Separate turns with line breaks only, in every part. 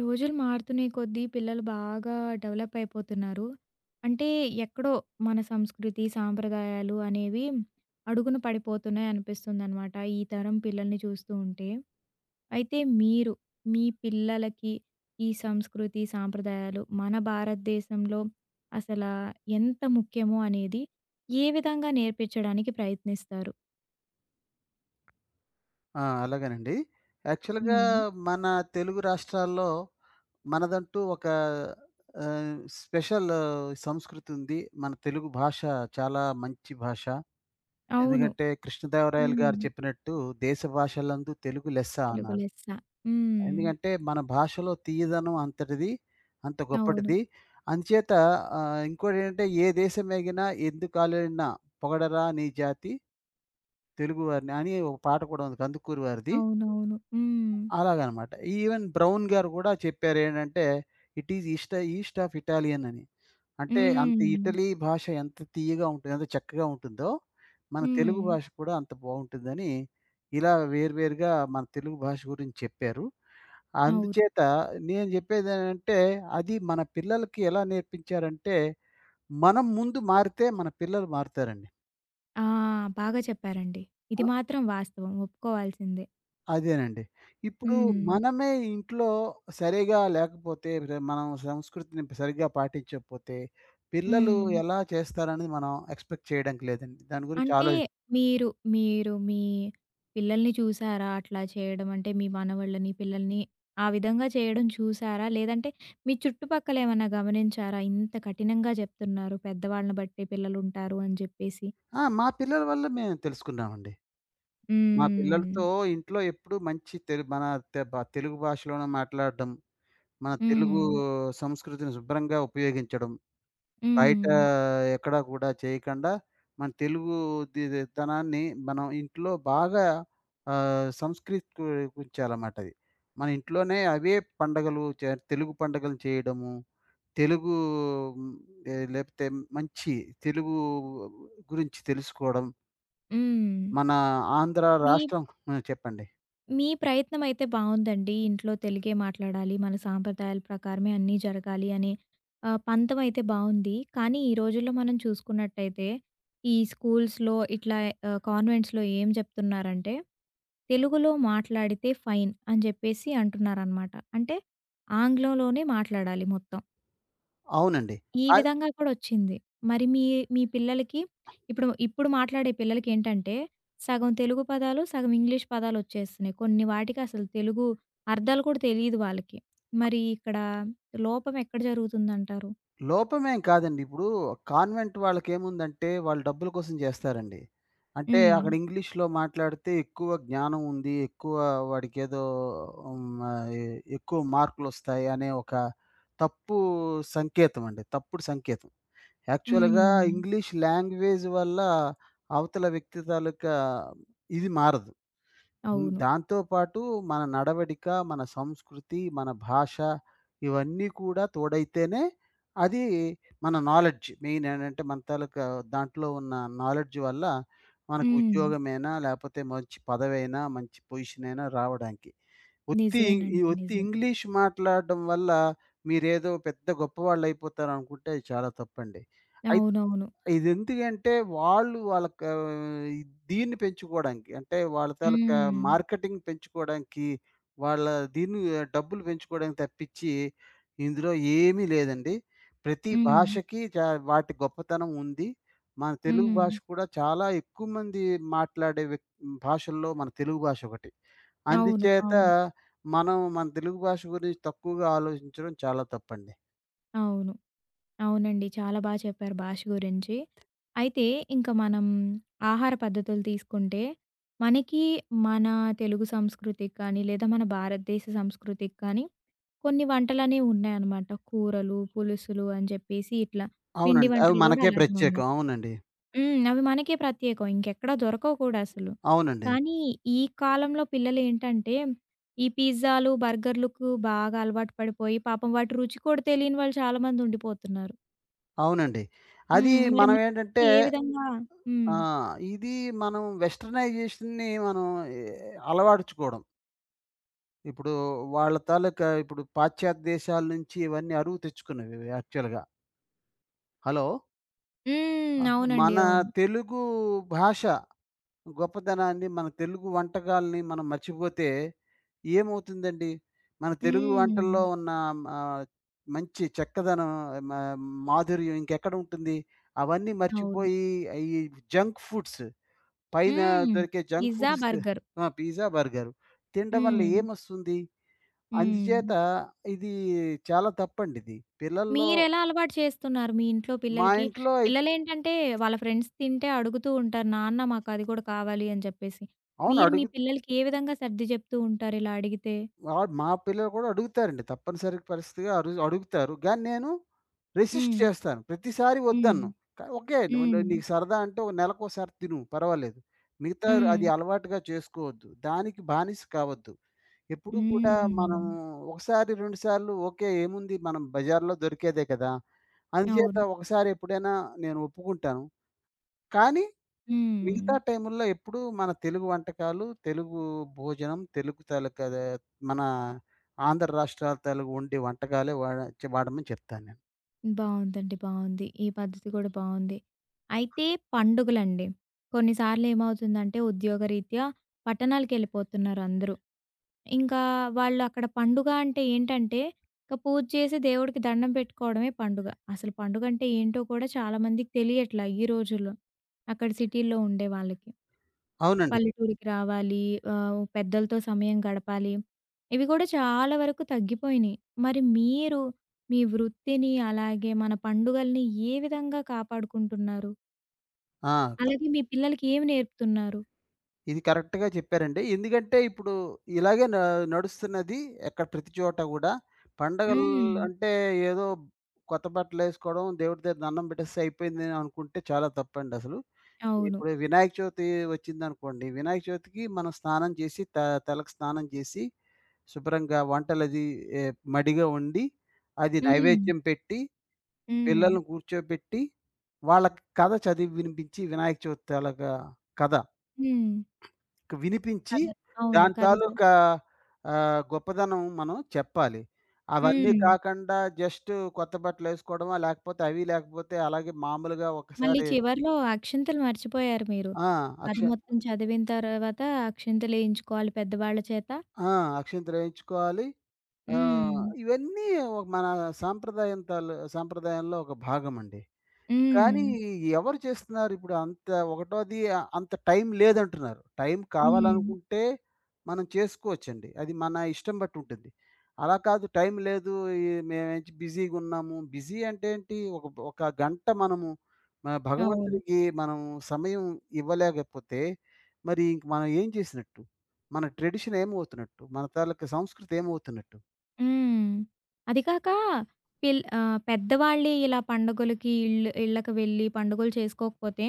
రోజులు మారుతునే కొద్దీ పిల్లలు బాగా డెవలప్ అయిపోతున్నారు. అంటే ఎక్కడో మన సంస్కృతి, సాంప్రదాయాలు అనేవి అడుగున పడిపోతున్నాయి అనిపిస్తుందనమాట. ఈ తరం పిల్లల్ని చూస్తూ ఉంటే. అయితే మీరు మీ పిల్లలకి ఈ సంస్కృతి, సాంప్రదాయాలు మన భారతదేశంలో అసల ఎంత ముఖ్యమో అనేది ఏ విధంగా నేర్పించడానికి ప్రయత్నిస్తారు?
ఆ! అలాగేనండి. యాక్చువల్‌గా
హ్మ్.
మన తెలుగు రాష్ట్రాల్లో మనదంటూ ఒక స్పెషల్ సంస్కృతి ఉంది. మన తెలుగు భాష చాలా మంచి భాష.
అవును.
ఎందుకంటే కృష్ణదేవరాయలు గారు
హ్మ్.
చెప్పినట్టు "దేశ భాషలందు తెలుగు లెస్స"
తెలుగు
అన్నారు.
లెస్స. హ్మ్.
ఎందుకంటే మన భాషలో తీయదనం అంతటిది, అంత
అవును.
గొప్పటిది. అందుచేత ఇంకోటేంటంటే "ఏ దేశమేగినా ఎందుకాలేడినా పొగడరా నీ జాతి తెలుగువారిని" అని ఒక పాట కూడా ఉంది కందుకూరి వారిది.
అవునవును. హ్మ్.
అలాగనమాట. ఈవెన్ బ్రౌన్ గారు గూడా చెప్పారేంటంటే, "it is east east of Italian" అని. అంటే అంత
హ్మ్.
ఇటలీ భాష ఎంత తియ్యగా ఉంటుంది, ఎంత చక్కగా ఉంటుందో, మన తెలుగు
హ్మ్.
భాష కూడా అంత బావుంటుందని, ఇలా వేర్వేరుగా మన తెలుగు భాష గురించి చెప్పారు.
అవును.
అందుచేత నేను జెప్పేదేంటంటే, అది మన పిల్లలకి ఎలా నేర్పించారంటే, మనం ముందు మారితే మన పిల్లలు మారుతారండి.
ఆ! బాగా చెప్పారండి. ఇది మాత్రం వాస్తవం ఒప్పుకోవాల్సిందే.
అదేనండి. ఇప్పుడు
హ్మ్.
మనమే ఇంట్లో సరిగా లేకపోతే, రే మనం సంస్కృతిని సరిగ్గా పాటించకపోతే, పిల్లలు
హ్మ్.
ఎలా చేస్తారనేది మనం ఎక్స్‌పెక్ట్ చేయడానికి లేదండి. దాని గురించి
అంటే
ఆలో
మీరు, మీరు మీ పిల్లల్ని చూసారా అట్లా చేయడం? అంటే మీ మనవళ్ళని, పిల్లల్ని ఆ విధంగా చేయడం చూసారా? లేదంటే మీ చుట్టుపక్కల ఏమన్నా గమనించారా? ఇంత కఠినంగా చెప్తున్నారు పెద్దవాళ్ళని బట్టి పిల్లలుంటారు అని చెప్పేసి.
ఆ! మా పిల్లల వల్ల మేము తెలుసుకున్నామండి. మా
హ్మ్.
పిల్లలతో ఇంట్లో ఎప్పుడు మంచి తెలు మన తె బ తెలుగు భాషలోనే మాట్లాడడం, మన తెలుగు
హ్మ్.
సంస్కృతిని శుభ్రంగా ఉపయోగించడం. బయట
హ్మ్.
ఎక్కడా గూడా చేయకండా, మన తెలుగు తనాన్ని మనం ఇంట్లో బాగా సంస్కృతికించాలమాట అది. మన ఇంట్లోనే అవే పండగలు చే తెలుగు పండగలు చేయడము, తెలుగు హ్మ్, లేపోతే మంచి తెలుగు గురించి తెలుసుకోవడం,
హ్మ్.
మన ఆంధ్ర
మీ
రాష్ట్రం చెప్పండి.
మీ ప్రయత్నమైతే బావుందండి. ఇంట్లో తెలుగే మాట్లాడాలి, మన సాంప్రదాయాల ప్రకారమే అన్నీ జరగాలి అనే పంతమైతే బావుంది. కానీ ఈ రోజుల్లో మనం చూసుకున్నట్టయితే, ఈ స్కూల్స్‌లో ఇట్లా కాన్వెంట్స్‌లో ఏం చెప్తున్నారంటే, తెలుగులో మాట్లాడితే ఫైన్ అని చెప్పేసి అంటున్నారనమాట. అంటే ఆంగ్లంలోనే మాట్లాడాలి మొత్తం.
అవునండి.
ఈ
ఆ!
విధంగా కూడా వచ్చింది. మరి మీ మీ పిల్లలకి ఇప్పుడు ఇప్పుడు మాట్లాడే పిల్లలకేంటంటే, సగం తెలుగు పదాలు, సగం ఇంగ్లీష్ పదాలొచ్చేస్తున్నాయి. కొన్ని వాటికి అసలు తెలుగు అర్థాలు కూడా తెలీదు వాళ్ళకి. మరి ఇక్కడ లోపం ఎక్కడ జరుగుతుందంటారు?
లోపమేం కాదండి. ఇప్పుడు కాన్వెంట్ వాళ్ళకేముందంటే, వాళ్ళు డబ్బుల కోసం చేస్తారండి. అంటే
హ్మ్.
అక్కడ ఇంగ్లీష్‌లో మాట్లాడితే ఎక్కువ జ్ఞానం ఉంది. ఎక్కువ వాడికేదో హ్మ్, ఆహ్, ఎ ఎక్కువ మార్కులొస్తాయి అనే ఒక తప్పు సంకేతం అండి. తప్పుడు సంకేతం. యాక్చువల్‌గా
హ్మ్.
ఇంగ్లీష్ లాంగ్వేజ్ వల్ల అవతల వ్యక్తి తాలూకా ఇది మారదు. హ్మ్.
అవును.
దాంతో పాటు మన నడవడిక, మన సంస్కృతి, మన భాష ఇవన్నీ కూడా తోడైతేనే అది మన నాలెడ్జ్ మెయిన్ ఏంటంటే మన తాలూకా దాంట్లో ఉన్న నాలెడ్జ్ వల్ల మనకు
హ్మ్.
ఉద్యోగమైనా, లేపోతే మంచి పదవైనా, మంచి పొజిషన్ అయినా రావడానికి. ఉత్తి ఈ
నిజమేనండి.
ఉత్తి
నిజం.
ఇంగ్లీష్ మాట్లాడడం వల్ల మీరేదో పెద్ద గొప్పవాళ్ళైపోతారనుకుంటే అది చాలా తప్పండి. అయి
అవునవును.
ఇది ఎందుకంటే వాళ్ళకి దీన్ని పెంచుకోవడానికి. అంటే వాళ్ళ తాలూకా
హ్మ్.
మార్కెటింగ్ పెంచుకోవడానికి, వాళ్ళ దీన్ని డబ్బులు పెంచుకోవడానికి తప్పించి, ఇందులో ఏమీ లేదండి. ప్రతి
హ్మ్.
భాషకి చా వాటి గొప్పతనం ఉంది. మన తెలుగు భాష
హ్మ్.
కూడా చాలా ఎక్కువ మంది మాట్లాడే వ్యక్ భాషల్లో మన తెలుగు భాష ఒకటి.
అవును.
అందుచేత
అవును.
మనం మన తెలుగు భాష గురించి తక్కువగా ఆలోచించడం చాలా తప్పండి.
అవును. అవునండి. చాలా చెప్పారు భాష గురించి. అయితే ఇంక మనం ఆహార పద్ధతులు తీసుకుంటే, మనకి మన తెలుగు సంస్కృతికి కానీ, లేదా మన భారతదేశ సంస్కృతికి కానీ కొన్ని వంటలనేవి ఉన్నాయన్నమాట. కూరలు, పులుసులు అని చెప్పేసి ఇట్లా పిండి
అవునండి. అవి
వంటలు గూడా
మనకే
అలాగే ఉన్నాయి.
ప్రత్యేకం. అవునండి.
హ్మ్. అవి మనకే ప్రత్యేకం. ఇంకెక్కడా దొరకవు కూడా అసలు.
అవునండి.
కానీ ఈ కాలంలో పిల్లలేంటంటే, ఈ పిజ్జాలు, బర్గర్‌లకు బాగా అలవాటు పడిపోయి, పాపం వాటి రుచి కూడా తెలియని వాళ్ళు చాలామంది ఉండిపోతున్నారు.
అవునండి. అది
హ్మ్. మరి మీరైతే
మనమేంటంటే
ఏ విధంగా హ్మ్.
ఇది మనం వెస్టర్నైజేషన్‌ని మనం ఎ అలవరచుకోవడం. ఇప్పుడు వాళ్ళ తాలూకా ఇప్పుడు పాశ్చాత్య దేశాల నుంచి ఇవన్నీ అరువు తెచ్చుకున్నవి యాక్చువల్‌గా. హలో!
హ్మ్. అవునండి.
మన
అవును.
తెలుగు భాష గొప్పదనాన్ని, మన తెలుగు వంటకాల్ని మనం మర్చిపోతే ఏమవుతుందండి? మన తెలుగు
హ్మ్.
వంటల్లో ఉన్న ఆహ్, మంచి చక్కదనం మ మాధుర్యం ఇంకెక్కడ ఉంటుంది? అవన్నీ
అవును.
మర్చిపోయి ఈ జంక్ ఫుడ్స్ పైన
హ్మ్.
దొరికే జంక్
పిజ్జా,
ఫుడ్స్
బర్గర్.
ఆ! పిజ్జా, బర్గరు తినడం వల్ల
హ్మ్.
ఏమొస్తుంది?
హ్మ్.
అందుచేత ఇది చాలా తప్పండిది. పిల్లల్లో
మీరెలా అలవాటు చేస్తున్నారు మీ ఇంట్లో
మా
పిల్లలకి?
ఇంట్లో అయి
పిల్లలేంటంటే వాళ్ళ ఫ్రెండ్స్ తింటే అడుగుతూ ఉంటారు. నాన్న మాకది కూడా కావాలి అని చెప్పేసి.
అవును.
మీరు మీ
అడుగు
పిల్లలకి ఏ విధంగా సర్ది చెప్తూ ఉంటారు ఇలా అడిగితే?
ఆ! మా పిల్లలు కూడా అడుగుతారండి. తప్పనిసరి పరిస్థితిగా అరు అడుగుతారు. గానీ నేను రెసిస్ట్
హ్మ్.
చేస్తాను. ప్రతిసారి
హ్మ్.
వద్దనను. కానీ ఓకే. నువ్వు
హ్మ్.
నీకు సరదా అంటే ఒక నెలకోసారి తిను పర్వాలేదు. మిగతా
హ్మ్.
అది అలవాటుగా చేసుకోవద్దు. దానికి బానిస కావద్దు. ఎప్పుడు కూడా మనం
హ్మ్.
ఒకసారి, రెండు సార్లు ఓకే. ఏముంది మనం బజార్‌లో దొరికేదే కదా! అందుచేత
అవును.
ఒకసారి ఎప్పుడైనా నేను ఒప్పుకుంటాను. కానీ
హ్మ్.
మిగతా టైముల్లో ఎప్పుడూ మన తెలుగు వంటకాలు, తెలుగు భోజనం, తెలుగు తాలూకా ద మన ఆంధ్ర రాష్ట్రాల తాలూకు వండే వంటకాలే వాడ చ వాడమని చెప్తాను నేను.
బావుందండి. బావుంది. ఈ పద్ధతి కూడా బావుంది. అయితే పండుగలండి. కొన్నిసార్లు ఏమవుతుందంటే ఉద్యోగరీత్యా పట్టణాలకెళ్ళిపోతున్నారు అందరూ. ఇంకా వాళ్ళు అక్కడ పండుగ అంటే ఏంటంటే, ఇక పూజ చేసి దేవుడికి దండం పెట్టుకోవడమే పండుగ. అసలు పండుగంటే ఏంటో కూడా చాలామందికి తెలియట్లా ఈ రోజుల్లో. అక్కడ సిటీల్లో ఉండే వాళ్ళకి.
అవునండి.
పల్లెటూరికి రావాలి. పెద్దలతో సమయం గడపాలి. ఇవి కూడా చాలా వరకు తగ్గిపోయినియి. మరి మీరు మీ వృత్తిని, అలాగే మన పండుగల్ని ఏ విధంగా కాపాడుకుంటున్నారు?
ఆ! క
అలాగే మీ పిల్లలకి ఏమి నేర్పుతున్నారు?
ఇది కరెక్ట్‌గా చెప్పారండి. ఎందుకంటే ఇప్పుడు ఇలాగే న నడుస్తున్నది ఎక్కడ ప్రతి చోట గూడా. పండగలు
హ్మ్.
అంటే ఏదో కొత్త బట్టలేసుకోవడం, దేవుడి దగ్గర దండం పెట్టేస్తే అయిపోయింది అని అనుకుంటే చాలా తప్పండి అసలు.
అవును.
ఇప్పుడు వినాయక చవితి వచ్చిందనుకోండి. వినాయక చవితికి మనం స్నానం చేసి త తలకు స్నానం చేసి శుభ్రంగా వంటలది ఏ మడిగా వండి, అది
హ్మ్.
నైవేద్యం పెట్టి,
హ్మ్.
పిల్లల్ని కూర్చోబెట్టి, వాళ్ళకి కథ చదివి వినిపించి, వినాయక చవితి తాలూకా కథ
హ్మ్.
వినిపించి,
కథ. అవును.
దాని
కథ చె
తాలూకా గొప్పదనం మనం చెప్పాలి. అవన్నీ
హ్మ్.
కాకుండా జస్ట్ కొత్త బట్టలేసుకోవడమా, లేకపోతే అవి లేకపోతే అలాగే మామూలుగా
మళ్ళీ
ఒకసారి
చివర్లో అక్షింతలు మర్చిపోయారు మీరు.
ఆ!
కథ
అక్ష
మొత్తం చదివిన తర్వాత అక్షింతలేయించుకోవాలి పెద్దవాళ్ళ చేత.
ఆ! అక్షింతలు వేయించుకోవాలి. ఆ!
హ్మ్.
ఇవన్నీ ఒక మన సాంప్రదాయంలో ఒక భాగమండి.
హ్మ్.
కానీ ఎవరు చేస్తున్నారిప్పుడు? అంత ఒకటోది అంత టైం లేదంటున్నారు. టైం
హ్మ్.
కావాలనుకుంటే మనం చేసుకోవచ్చండి. అది మన ఇష్టం బట్టి ఉంటుంది. అలా కాదు టైం లేదు, ఈ మేమేంచి బిజీగున్నాము. బిజీ అంటే ఏంటి? ఒక ఒక గంట మనము మన
అవును.
భగవంతుడికి మనం సమయం ఇవ్వలేకపోతే, మరి ఇంక మనం ఏం చేసినట్టు? మన ట్రెడిషన్ ఏమవుతున్నట్టు? మన తాలూకా సంస్కృతి ఏమవుతున్నట్టు?
హ్మ్. అది కాక పెద్దవాళ్ళే ఇలా పండుగలకి ఇళ్ళకి వెళ్ళి పండుగలు చేసుకోకపోతే,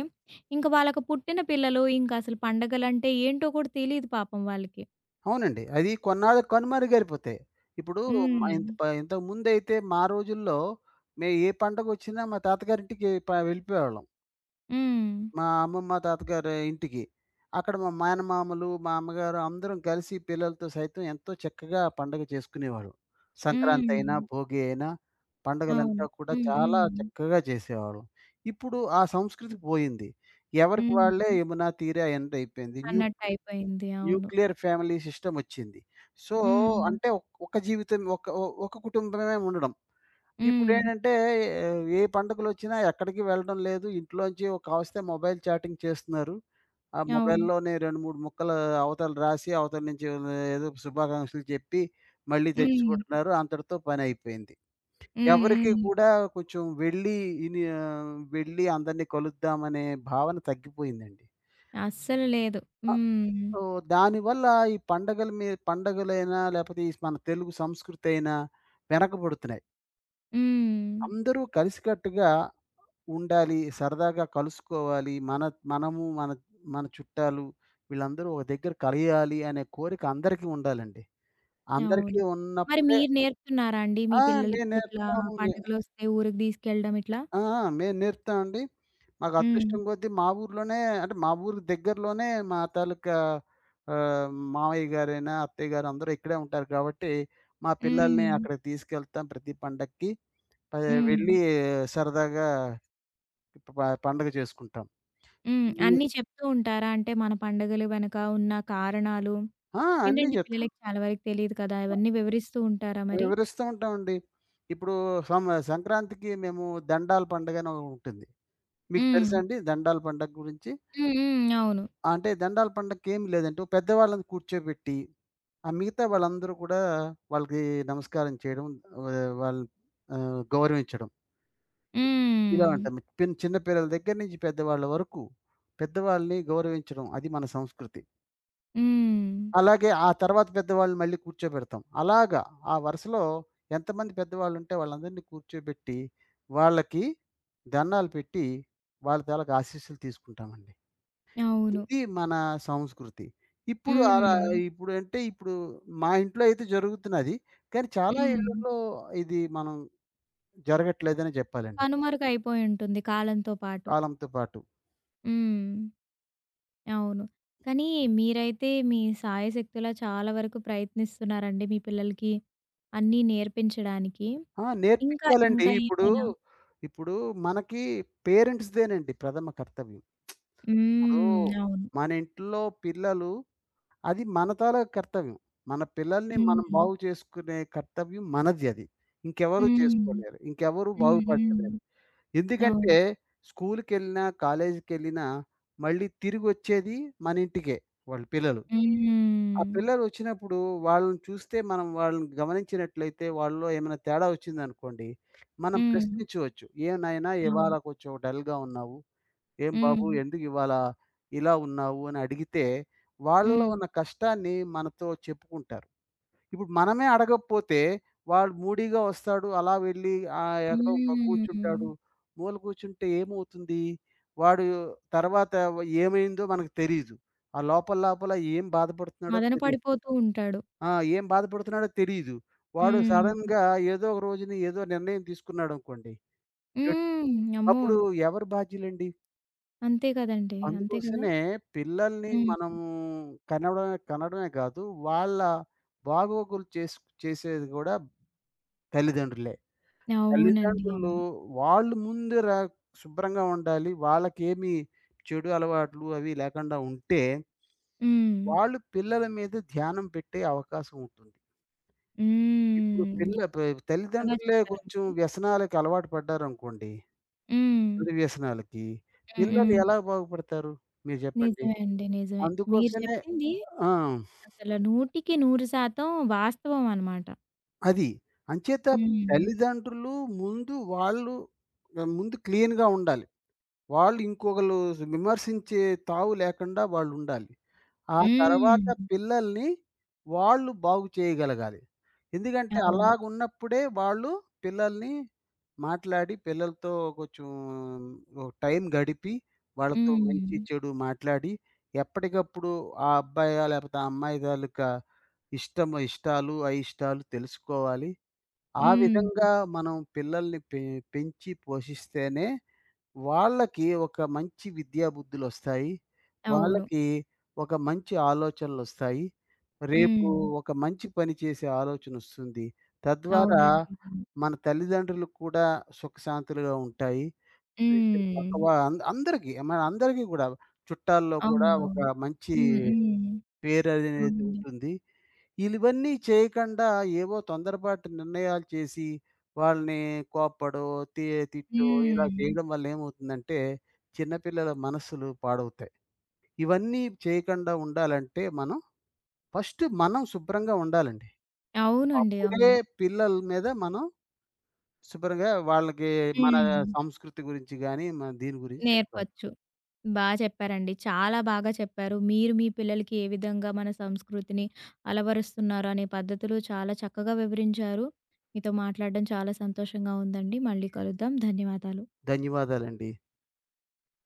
ఇంక వాళ్ళకి పుట్టిన పిల్లలు ఇంకసలు పండగలంటే ఏంటో కూడా తెలీదు పాపం వాళ్ళకి.
అవునండి. అది కొన్నాళ్ళకి కనుమరుగైపోతాయి. ఇప్పుడు మా
హ్మ్.
ఇంత ప ఇంతకుముందైతే మా రోజుల్లో మే ఏ పండగొచ్చినా మా తాతగారింటికి ప వెళ్ళిపోయేవాళ్ళం.
హ్మ్.
మా అమ్మమ్మ, తాతగారి ఇంటికి. అక్కడ మా మేనమామలు, మా అమ్మగారు అందరం కలిసి పిల్లలతో సైతం ఎంతో చక్కగా పండగ చేసుకునేవాళ్ళం. సంక్రాంతి అయినా,
హ్మ్.
భోగి అయినా
అవును.
పండగలంతా కూడా
హ్మ్.
చాలా
హ్మ్.
చక్కగా చేసేవాళ్ళం. ఇప్పుడు ఆ సంస్కృతి పోయింది. ఎవరికి వాళ్ళే
హ్మ్.
యమునా తీరే అన్నట్టయిపోయింది. న్యూ
అన్నట్టయిపోయింది. అవును.
Nuclear family సిస్టమొచ్చింది. సో,
హ్మ్.
అంటే ఒక్- ఒక జీవితం ఒక కుటుంబమే ఉండడం.
హ్మ్.
ఇప్పుడేంటంటే ఏ పండుగలొచ్చినా ఎక్కడికి వెళ్ళడం లేదు. ఇంట్లోంచి ఒక కావస్తే మొబైల్ చాటింగ్ చేస్తున్నారు. ఆ
అవును.
మొబైల్‌లోనే 2, 3 ముక్కలు అవతల రాసి, అవతల నుంచి ఏదో శుభాకాంక్షలు చెప్పి, మళ్ళీ
హ్మ్.
తెచ్చుకుంటున్నారు. అంతటితో పనయిపోయింది.
హ్మ్.
ఎవరికీ
హ్మ్.
కూడా కొంచెం వెళ్ళి వెళ్ళి అందరిని కలుద్దామనే భావన తగ్గిపోయిందండి.
అస్సలు లేదు.
అ
హ్మ్.
సో, దానివల్ల ఈ పండగల మీ పండగలైనా, లేపోతే ఈ మన తెలుగు సంస్కృతి అయినా వెనకబడుతున్నాయి.
హ్మ్.
అందరూ కలిసికట్టుగా ఉండాలి, సరదాగా కలుసుకోవాలి. మన మనము, మన మన చుట్టాలు వీళ్ళందరూ ఒక దగ్గర కలియాలి అనే కోరిక అందరికీ ఉండాలండి. అందరికీ
అవును. మరి
ఉన్నప్పుడే
మీరు నేర్పుతున్నారా అండి మీ
ఆ!
పిల్లలకి
మేము
ఇట్లా
నేర్పుతాము.
పండుగలొస్తే ఊరికి తీసుకెళ్ళడం ఇట్లా?
ఆ! ఆ! మేము నేర్పుతామండి. మాకు
హ్మ్.
అదృష్టం కొద్దీ మా ఊర్లోనే అంటే మా ఊరు దగ్గరలోనే మా తాలూకా ఆహ్, మామయ్య గారైనా, అత్తయ్య గారు అందరూ ఇక్కడే ఉంటారు కాబట్టి, మా పిల్లల్ని
హ్మ్.
అక్కడికి తీసుకెళ్తాం ప్రతి పండక్కి. ప హ్మ్.
హ్మ్.
వెళ్ళి సరదాగా ప పండగ చేసుకుంటాం.
హ్మ్.
మీ
అన్నీ చెప్తూ ఉంటారా? అంటే మన పండుగలు వెనక ఉన్న కారణాలు
ఆ! అన్నీ
ఏంటంటే
చెప్తాం.
పిల్లలకి చాలా వరకు తెలీదు కదా! ఇవన్నీ వివరిస్తూ ఉంటారా మరి?
వివరిస్తూ ఉంటామండి. ఇప్పుడు సం సంక్రాంతికి మేము దండాల పండగ అని ఒకటి ఉంటుంది. మీకు
హ్మ్.
తెలుసా అండి దండాల పండగ గురించి?
హ్మ్. హ్మ్. అవును.
అంటే దండాల పండగకి ఏమి లేదంటే పెద్దవాళ్ళని కూర్చోబెట్టి ఆ! మిగతా వాళ్ళందరూ కూడా వాళ్ళకి నమస్కారం చేయడం వాళ్ళు గౌరవించడం. ఇలా
హ్మ్.
ఉంటాం. పిన్ చిన్న పిల్లల దగ్గర నుంచి పెద్దవాళ్ళ వరకు పెద్దవాళ్ళని గౌరవించడం అది మన సంస్కృతి.
హ్మ్.
అలాగే ఆ తర్వాత పెద్దవాళ్ళని మళ్ళీ కూర్చోబెడతాం. అలాగా ఆ వరుసలో ఎంతమంది పెద్దవాళ్ళుంటే వాళ్ళందరినీ కూర్చోబెట్టి వాళ్ళకి దండాలు పెట్టి వాళ్ళ తాలూకా ఆశీస్సులు తీసుకుంటామండి.
అవును.
ఇది మన సంస్కృతి. ఇప్పుడు అలా
హ్మ్.
ఇప్పుడు అంటే ఇప్పుడు మా ఇంట్లో అయితే జరుగుతున్నది. కానీ చాలా
హ్మ్.
ఇళ్లలో ఇది మనం జరగట్లేదనే జెప్పాలండి
కనుమరుగైపోయుంటుంది కాలంతో పాటు.
కాలంతో పాటు.
హ్మ్. అవును. కానీ మీరైతే మీ శాయశక్తులా చాలా వరకు ప్రయత్నిస్తున్నారండి మీ పిల్లలకి అన్నీ నేర్పించడానికి.
ఆ!
ఇంకా,
నేర్పించాలండి.
ఇంకా
ఇప్పుడు,
ఏమైనా
ఇప్పుడు మనకి పేరెంట్స్‌దేనండి ప్రథమ కర్తవ్యం. ఇప్పుడు
హ్మ్. అవును.
మన ఇంట్లో పిల్లలు అది మన తాలూకు కర్తవ్యం. మన పిల్లల్ని మనం
హ్మ్.
బాగు చేసుకునే కర్తవ్యం మనది అది. ఇంకెవరు
హ్మ్.
చేసుకోలేరు. ఇంకెవరు
హ్మ్. హ్మ్.
బాగుపరచలేరు.
అవును.
ఎందుకంటే స్కూలుకెళ్ళినా, కాలేజీకెళ్ళినా మళ్ళీ తిరిగొచ్చేది మన ఇంటికే వాళ్ళ పిల్లలు. ఆ
హ్మ్.
పిల్లలు వచ్చినప్పుడు వాళ్ళని చూస్తే మనం వాళ్ళని గమనించినట్లయితే వాళ్ళలో ఏమైనా తేడా వచ్చిందనుకోండి, మనం
హ్మ్.
ప్రశ్నించవచ్చు. "ఏం నాయనా ఇవాళ
అవును.
కొంచెం డల్‌గా ఉన్నావు." "ఏం బాబు
హ్మ్.
ఎందుకు ఇవాళ ఇలా ఉన్నావు?" అని అడిగితే వాళ్ళలో
హ్మ్.
ఉన్న కష్టాన్ని మనతో చెప్పుకుంటారు. ఇప్పుడు మనమే అడగకపోతే వాడు మూడీగా వస్తాడు. అలా వెళ్ళి ఎక్కడో ప
హ్మ్.
కూర్చుంటాడు. మూల కూర్చుంటే ఏమవుతుంది? వాడు తర్వాత ఏమైందో మనకు తెలీదు. ఆ లోపల లోపల ఏం బాధపడుతున్నాడో
మదన
తెలీదు.
పడిపోతూ ఉంటాడు.
ఆ! ఏం బాధపడుతున్నాడో తెలీదు. వాడు
హ్మ్.
సడెన్‌గా ఏదో ఒక రోజున ఏదో నిర్ణయం తీసుకున్నాడనుకోండి. చెడు
హ్మ్. అమ్మో!
అప్పుడు ఎవరు బాధ్యులండి?
అంతే కదండీ! అంతే కదా!
అందుకోసమే పిల్లల్ని
హ్మ్.
మనము కనడమే కనడమే కాదు, వాళ్ళ బాగోగులు చేసు చేసేది కూడా తల్లిదండ్రులే.
అవునండి.
తల్లిదండ్రులు
అవును.
వాళ్ళు ముందర శుభ్రంగా ఉండాలి. వాళ్ళకేమి చెడు అలవాట్లు అవి లేకుండా ఉంటే,
హ్మ్.
వాళ్ళు పిల్లల మీద ధ్యానం పెట్టే అవకాశం ఉంటుంది. ఇప్పుడు
హ్మ్.
పిల్ల ప
చక్కగా
తల్లిదండ్రులే కొంచెం
చెప్పారండి.
వ్యసనాలకి అలవాటు పడ్డారనుకోండి,
హ్మ్.
చెడు వ్యసనాలకి,
హ్మ్.
పిల్లలు
హ్మ్.
ఎలా బాగుపడతారు? మీరు చెప్పండి.
నిజమే అండి. నిజమే. మీరు
అందుకోసమే
చెప్పింది
ఆ!
అసలు 100కి 100% వాస్తవం అనమాట.
అది. అంచేత
హ్మ్.
తల్లిదండ్రులు ముందు వాళ్ళు ముందు క్లీన్‌గా ఉండాలి. వాళ్ళు ఇంకొకళ్ళు విమర్శించే తావు లేకుండా వాళ్ళుండాలి. ఆ తర్వాత
హ్మ్.
పిల్లల్ని వాళ్ళు బాగు చేయగలగాలి. ఎందుకంటే
అవును.
అలాగున్నప్పుడే వాళ్ళు పిల్లల్ని మాట్లాడి, పిల్లలతో కొంచెం ఓ టైం గడిపి, వాళ్ళతో మంచి,
హ్మ్.
చెడు మాట్లాడి, ఎప్పటికప్పుడు ఆ అబ్బాయా లేకపోతే ఆ అమ్మాయి తాలూకా ఇష్టము ఇష్టాలు, అయిష్టాలు తెలుసుకోవాలి. ఆ
హ్మ్.
విధంగా మనం పిల్లల్ని పె పెంచి పోషిస్తేనే వాళ్ళకి ఒక మంచి విద్యా బుద్ధులొస్తాయి.
అవును.
వాళ్ళకి ఒక మంచి ఆలోచనలొస్తాయి. రేపు
హ్మ్.
ఒక మంచి పని చేసే ఆలోచనొస్తుంది. తద్వారా
అవునండి.
హ్మ్.
అవును.
మన తల్లిదండ్రులు కూడా సుఖశాంతులుగా ఉంటాయి. స్పెషల్
హ్మ్.
పక్కవా అం అందరికీ మన అందరికీ గూడా చుట్టాల్లో కూడా
అవునవును.
ఒక మంచి
హ్మ్. హ్మ్.
పేరనేది
అవునండి.
ఉంటుంది. ఈలివన్నీ చేయకండా ఏవో తొందరపాటు నిర్ణయాలు చేసి, వాళ్ళని కోప్పడో, తి తిట్టో ఇలా
హ్మ్.
చేయడం వల్ల ఏమవుతుందంటే, చిన్న పిల్లల మనస్సులు పాడవుతాయి. ఇవన్నీ చేయకుండా ఉండాలంటే మనం ఫస్ట్ మనం శుభ్రంగా ఉండాలండి.
అవునండి.
అప్పుడే
అవును.
పిల్లల మీద మనం శుభ్రంగా వాళ్ళకి మన
హ్మ్.
సంస్కృతి గురించి గాని, మన దీని గురించి చెప్పగలం.
నేర్పొచ్చు. చెప్పారండి. చాలా బాగా చెప్పారు. మీరు మీ పిల్లలకి ఏ విధంగా మన సంస్కృతిని అలవరుస్తున్నారు అనే పద్ధతులు చాలా చక్కగా వివరించారు. మీతో మాట్లాడడం చాలా సంతోషంగా ఉందండి. మళ్ళీ కలుద్దాం. ధన్యవాదాలు.
ధన్యవాదాలండి.